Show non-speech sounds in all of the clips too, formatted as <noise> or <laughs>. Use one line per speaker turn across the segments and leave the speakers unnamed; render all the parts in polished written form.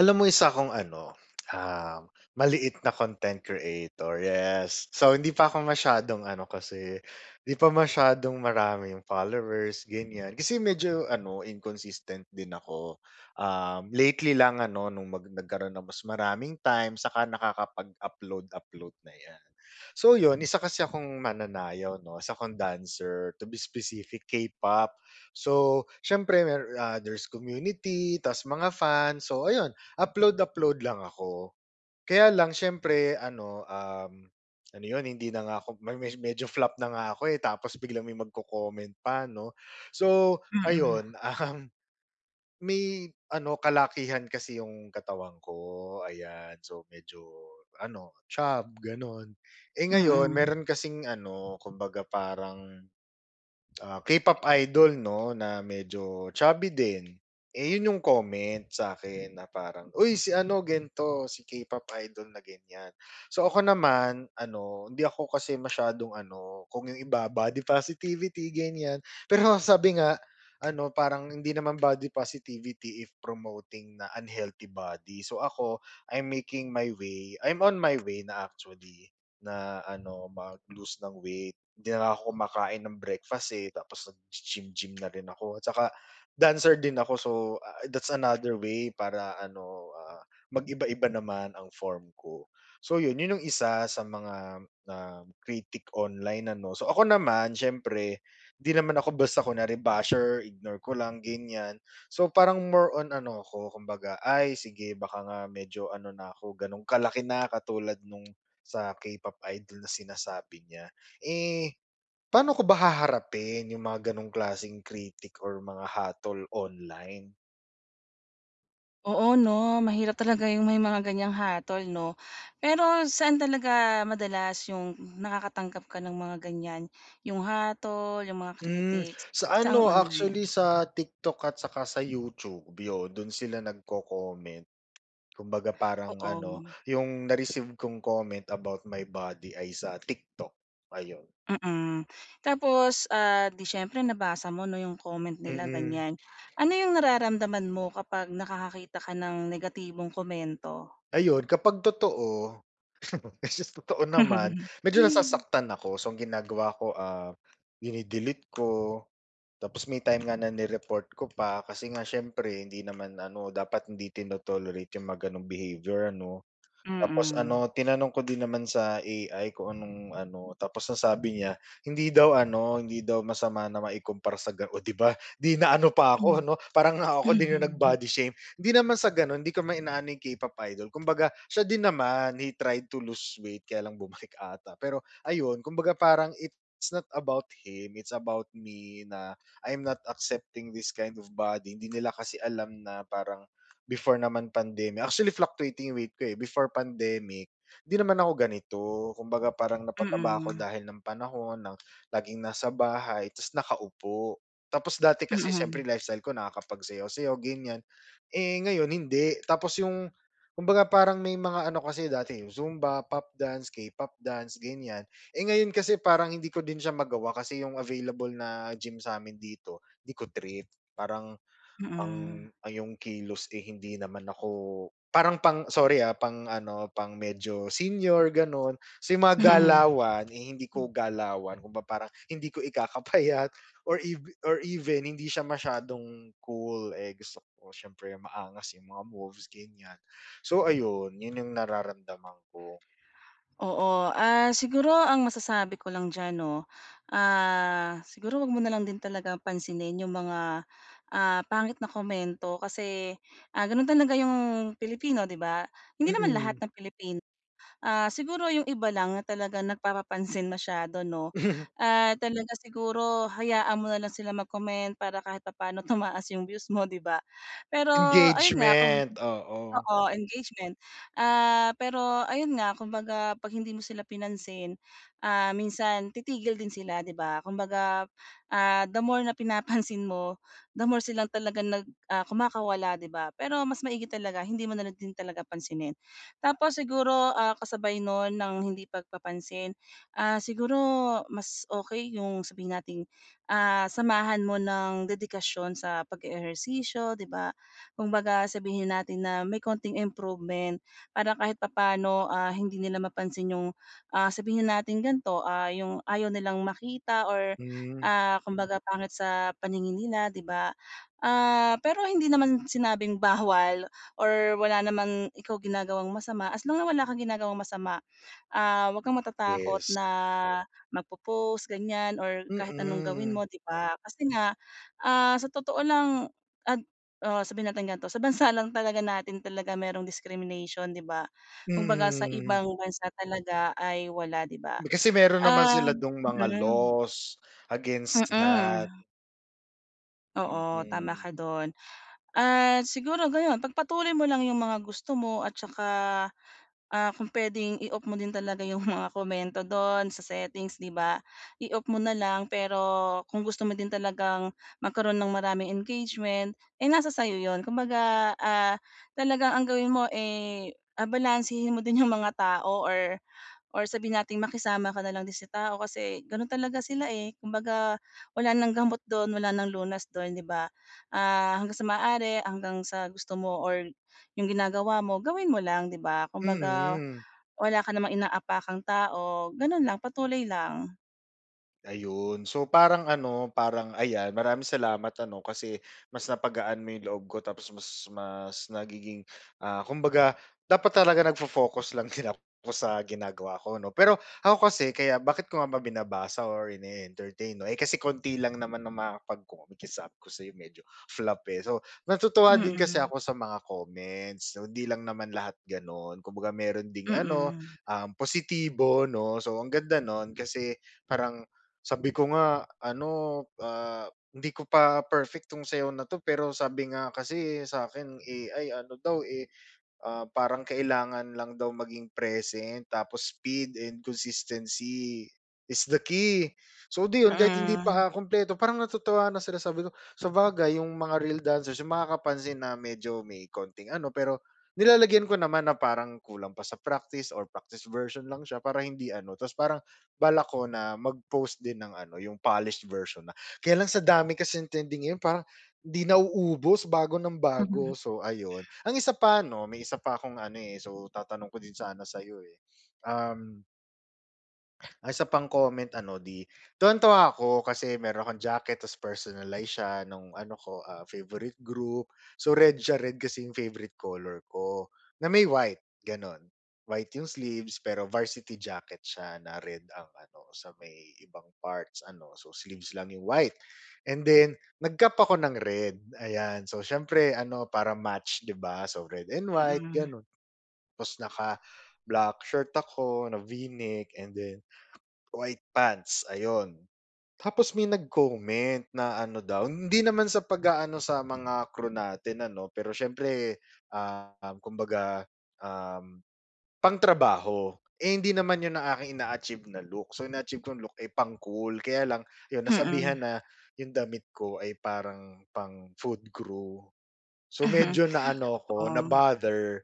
Alam mo, isa akong ano, um, maliit na content creator, yes. So hindi pa ako masyadong ano, kasi hindi pa masyadong marami yung followers, ganyan. Kasi medyo ano, inconsistent din ako. Lately lang ano, nung nagkaroon ng mas maraming time, saka nakakapag-upload, upload na yan. So yun, isa kasi akong mananayaw, no? Isa akong dancer, to be specific, K-pop. So syempre, there's community, tas mga fans. So ayun, upload-upload lang ako. Kaya lang siyempre ano, ano 'yun, hindi na nga ako medyo flop na nga ako, eh, tapos biglang may magko-comment pa 'no. So
Mm,
ayun, <laughs> um, may ano, kalakihan kasi 'yung katawan ko, ayan. So medyo ano, chub gano'n. Eh, ngayon
mm.
meron kasing ano, kumbaga parang ah, K-pop idol 'no, na medyo chubby din, eh, yun yung comment sa akin na parang, "Uy, si ano, gento si K-pop idol na ganyan." So ako naman ano, hindi ako kasi masyadong ano, kung yung iba body positivity ganyan, pero <laughs> sabi nga ano, parang hindi naman body positivity if promoting na unhealthy body. So ako, I'm making my way, I'm on my way na actually na ano, mag-lose ng weight. Hindi na ako kumakain ng breakfast, eh, tapos nag gym gym na rin ako, at saka dancer din ako, so ah, that's another way para ano, ah, mag-iba-iba naman ang form ko. So yun, yun yung isa sa mga, critic online ano. So ako naman siyempre, di naman ako basta kunwari basher, ignore ko lang ganyan. So parang more on ano ako, kumbaga, ay sige, baka nga medyo ano na ako, ganun kalaki na katulad nung sa K-pop idol na sinasabi niya. Eh, paano ko ba haharapin yung mga ganong klaseng critic or mga hatol online?
Oo 'no, mahirap talaga yung may mga ganiyang hatol 'no. Pero saan talaga madalas yung nakakatanggap ka ng mga ganiyan, yung hatol, yung mga
Hmm,
critics?
sa ano,
Saang online?
actually sa TikTok at saka sa YouTube, yun. Dun sila nagko-comment. Kumbaga parang
Oo,
ano, yung na-receive kong comment about my body ay sa TikTok, ayun.
mm. Tapos, 'di siyempre nabasa mo 'no yung comment nila
Mm.
ganiyan. Ano yung nararamdaman mo kapag nakakakita ka ng negatibong komento?
Ayun, kapag totoo, <laughs> which is totoo naman,
<laughs>
medyo nasasaktan ako. So ang ginagawa ko, ah, dine-delete ko. Tapos may time nga na ni ko pa, kasi nga siyempre hindi naman ano, dapat hindi tino-tolerate yung mga gano'ng behavior ano. Tapos
Mm.
ano, tinanong ko din naman sa AI kung anong ano, tapos ang sabi niya, hindi daw ano, hindi daw masama na maikumpara sa ganon, o 'di ba, 'di na ano pa ako
Mm.
'no, parang ako din yung
Mm. <laughs>
nag-body shame. Hindi naman sa gano'n, hindi ko man inaano yung K-pop idol, kumbaga siya din naman, he tried to lose weight kaya lang bumalik <laughs> ata. Pero ayun, kumbaga parang it's not about him, it's about me na I'm not accepting this kind of body. Hindi nila kasi alam na parang before naman pandemic. Actually fluctuating yung weight ko, eh, before pandemic, 'di naman ako ganito. Kumbaga parang napataba ako
Mm.
dahil ng panahon, ng laging nasa bahay ta's nakaupo. Tapos dati kasi siyempre
Mm.
lifestyle ko nakakapagsayaw-sayaw ganyan, eh, ngayon hindi. Tapos yung kumbaga parang may mga ano kasi dati yung Zumba, pop dance, K-pop dance, ganyan. Eh, ngayon kasi parang hindi ko din siya magawa kasi yung available na gym sa sa'min dito, 'di ko trip. Parang ang
Mm,
ang yung kilos, eh, hindi naman ako parang pang sorry, ah, pang ano, pang medyo senior gano'n. So yung mga
<laughs> mm.
galawan, eh, hindi ko galawan, kumbaga parang hindi ko ikakapayat or ev or even hindi siya masyadong cool, eh, gusto ko siyempre maangas yung mga moves ganyan. So ayun, yun yung nararamdaman ko.
Oo, siguro ang masasabi ko lang diyan 'no, siguro 'wag mo na lang din talaga pansinin yung mga, pangit na komento kasi, gano'n talaga yung Pilipino, 'di ba? Hindi naman
Mm.
lahat ng Pilipino. Siguro yung iba lang na talagang nagpapapansin masyado 'no,
<laughs>
talaga siguro hayaan mo na lang sila mag-comment para kahit papaano <laughs> tumaas yung views mo, 'di ba? Pero ayun nga ako,
Engagement, oo.
oo, engagement. Pero ayun nga kumbaga 'pag hindi mo sila pinansin, minsan titigil din sila, 'di ba? Kumbaga, the more na pinapansin mo, the more silang talaga kumakawala, 'di ba? Pero mas maigi talaga hindi mo na lang din talaga pansinin. Tapos siguro, kasabay nun ng hindi pagpapansin, siguro mas okay yung sabihin nating, samahan mo ng dedikasyon sa pag-eehersisyo, 'di ba? Kung baga sabihin natin na may konting improvement para kahit papano, hindi nila mapansin yung, sabihin natin ganito, yung ayaw nilang makita, or
Hmm,
kumbaga pangit sa paningin nila, 'di ba? Pero hindi naman sinabing bawal or wala naman ikaw ginagawang masama, as long na wala kang ginagawang masama, huwag kang matatakot
yes.
na magpo-post ganyan or kahit anong gawin
Mm.
mo, 'di ba? Kasi nga, sa totoo lang, at oo, sabihin natin ganito, sa bansa lang talaga natin talaga merong discrimination, 'di ba? Kumbaga sa
Mm.
ibang bansa talaga ay wala, 'di ba?
Kasi meron naman
Ah,
sila dong mga
mm,
laws against that.
mm. Oo, tama
Mm.
ka doon. At siguro gano'n, pagpatuloy mo lang yung mga gusto mo, at saka kung puwedeng i-off mo din talaga yung mga komento do'n sa settings, 'di ba? I-off mo na lang, pero kung gusto mo din talagang magkaroon ng maraming engagement, eh, nasa sa'yo 'yun. Kumbaga, talagang ang gawin mo, eh, balansehin mo din yung mga tao, or sabihin natin makisama ka na lang din sa tao kasi ganun talaga sila, eh. Kumbaga wala ng gamot do'n, wala ng lunas do'n, 'di ba? Hanggang sa maaari, hanggang sa gusto mo or yung ginagawa mo, gawin mo lang, 'di ba? Kumbaga
Mm.
wala ka namang inaapakang tao, gano'n lang, patuloy lang.
Ayun. So parang ano, parang ayan, maraming salamat ano, kasi mas napagaan mo 'yung loob ko, tapos mas mas nagiging, ah, kumbaga dapat talaga nagfo-focus lang din ako sa ginagawa ko 'no. Pero ako kasi, kaya bakit ko nga ba binabasa or ine-entertain 'no, eh, kasi konti lang naman ang makapagko-communicate ko sa medyo flop, eh. So natutuwa din kasi
Mm,
ako sa mga comments, so hindi lang naman lahat gano'n. Kumbaga meron ding
mm,
ano,
mm,
positibo 'no. So ang ganda no'n kasi parang sabi ko nga ano, ah, hindi ko pa perfect 'tong sayaw na 'to, pero sabi nga kasi sa sa'kin AI, ano daw, eh, ah, parang kailangan lang daw maging present tapos speed and consistency is the key. So di yun, kahit hindi
mhm,
pa, ah, kumpleto, parang natutuwa na sila, sabi ko, sabagay yung mga real dancers yung makakapansin na medyo may konting ano, pero nilalagyan ko naman na parang kulang pa sa practice or practice version lang siya para hindi ano, tapos parang balak ko na mag-post din ng ano, yung polished version na. Kaya lang sa dami kasi trending ngayon parang 'di nauubos, bago ng bago. So ayun. Ang isa pa 'no, may isa pa akong ano, eh, so tatanong ko din sana sa'yo, eh. Um ay, isa pang comment ano, 'di, tuwang-tuwa ako kasi meron akong jacket ta's personalize siya nung ano ko, ah, favorite group. So red siya, red kasi yung favorite color ko, na may white, gano'n. White yung sleeves, pero varsity jacket siya na red ang ano, sa may ibang parts ano, so sleeves lang yung white. And then nag-cap ako ng red, ayan. So siyempre ano, para match, 'di ba? So red and white,
mm,
gano'n. Tapos naka-black shirt ako na V-neck, and then white pants, ayun. Tapos may nag-comment na ano daw, hindi naman sa pag-aano sa mga crew natin ano, pero siyempre, kumbaga, um, pangtrabaho. Eh, hindi naman 'yun ang aking ina-achieve na look. So ina-achieve kong look ay pang-cool, kaya lang 'yun nasabihan
mm,
na 'yung damit ko ay parang pang-food crew. So
mhm,
medyo na-ano ko,
oo,
na-bother.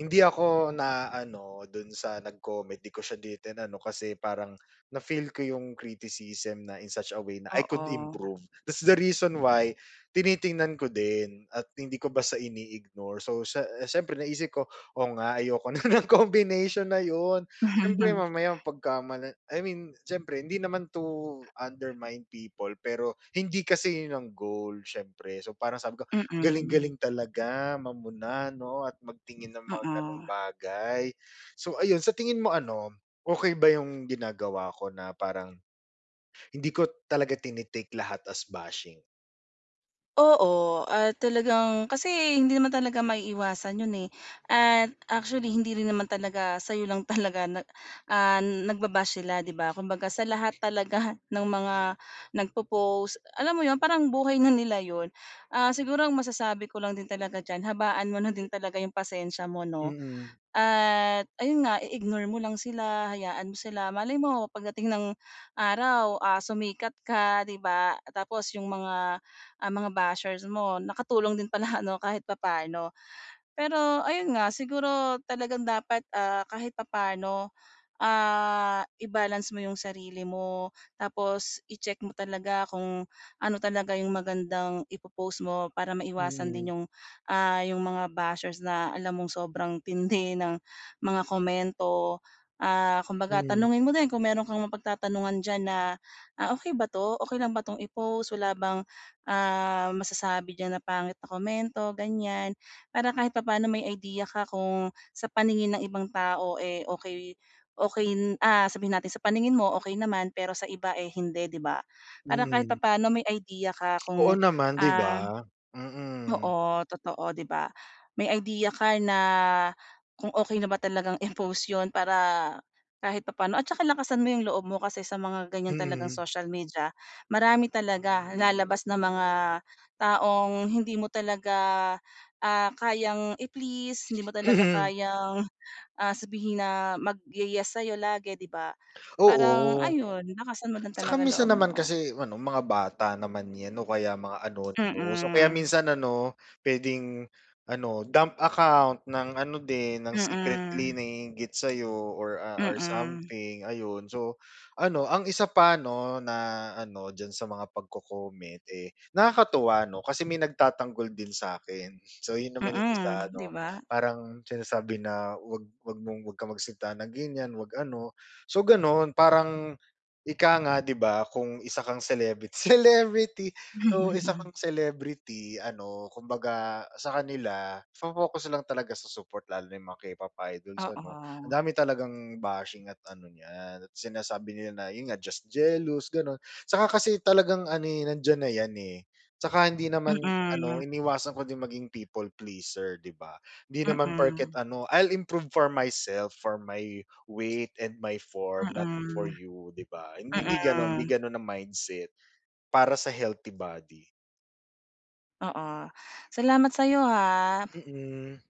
Hindi ako na-ano dun sa nag-comment, di ko siya dito ano, kasi parang na-feel ko yung criticism na in such a way na I could
oo,
improve. That's the reason why tinitingnan ko din at hindi ko basta ini-ignore. So sa siyempre naisip ko, "Oo nga, ayoko na <laughs> ng combination na yun." Siyempre mamaya pagka siyempre hindi naman to undermine people, pero hindi kasi yun ang goal siyempre. So parang sabi ko,
mhm, mm,
galing-galing talaga mamuna 'no, at magtingin ng mga
oo.
gano'ng bagay. So ayun, sa tingin mo ano, okay ba yung ginagawa ko na parang hindi ko talaga tinitake lahat as bashing?
Oo, at talagang kasi hindi naman talaga maiiwasan 'yun, eh. At actually hindi rin naman talaga sa'yo lang <laughs> talaga nagba sila, 'di ba? Kumbaga sa lahat talaga <laughs> ng mga nagpo-post, alam mo 'yun, parang buhay na nila 'yun. Siguro ang masasabi ko lang din talaga diyan, habaan mo na din talaga 'yung pasensya mo 'no.
Mm,
At ayun nga, i-ignore mo lang sila, hayaan mo sila. Malay mo pagdating ng araw, sumikat ka, 'di ba? Tapos yung mga bashers mo nakatulong din pala <laughs> ano kahit papaano. Pero ayun nga, siguro talagang dapat, kahit papaano i-balance mo yung sarili mo. Tapos i-check mo talaga kung ano talaga yung magandang ipopost mo para maiwasan
mm,
din yung, yung mga bashers na alam mong sobrang tindi ng mga komento. Kumbaga
mm,
tanungin mo din kung meron kang mapagtatanungan diyan na, okay ba 'to? Okay lang ba 'tong i-post? Wala bang, masasabi diyan na pangit na komento? Ganyan. Para kahit papaano may idea ka kung sa paningin ng ibang tao, eh, okay. Okey, sabihin natin sa paningin mo okey naman, pero sa iba, eh, hindi, 'di ba? Para kahit
mm.
papaano may idea ka
Oo
kung,
naman, 'di ba?
ah
Mm,
oo, totoo, 'di ba? May idea ka na kung okay na ba talagang <laughs> i-post 'yun para kahit papaano, at tsaka lakasan mo 'yung loob mo kasi sa mga ganiyan talagang
mm,
social media, marami talaga lalabas na mga taong hindi mo talaga, kayang i-please, hindi mo
<clears throat>
talaga
mhm, <laughs>
kayang sabihin na magye-yes sa'yo lagi, 'di ba? Parang
oo.
ayun, lakasan mo din
Tsaka
talaga
minsan
loob
naman
mo.
kasi ano, mga bata naman 'yan, o kaya mga anonymous, o kaya
Mm,
minsan ano, puwedeng ano, dump account ng ano din, ng
mm,
secretly
mm,
nanginggit sa'yo, or ah, or
mm,
something, ayun. So ano, ang isa pa 'no, na ano, diyan sa mga pagko-comment, eh, nakakatuwa 'no, kasi may nagtatanggol din sa akin. <laughs> So yun
mm
naman yung
mm,
isa
'di
ano,
ba?
parang sinasabi na, "'Wag ka magsalita ng ganiyan, 'wag ano." So gano'n parang, ika nga, 'di ba, kung isa kang celebrit <laughs> celebrity. So isa
<laughs>
kang celebrity, ano, kumbaga sa kanila fo-focus lang talaga sa support, lalo na yung mga K-pop idols, ano. Ang
Oo,
dami talagang bashing at ano niyan, at sinasabi nila na yun nga, just jealous, gano'n. Saka kasi talagang ano, eh, nandiyan na yan, eh. Tsaka hindi naman ano,
mm,
iniwasan ko din maging people pleaser, 'di ba? Hindi
mm,
naman perket
mm,
ano, I'll improve for myself, for my weight and my form, not for
mm,
you, 'di ba? Hindi gano'n, hindi
mm.
gano'n ang mindset para sa healthy body.
Oo. Salamat sa'yo ha.
Mm.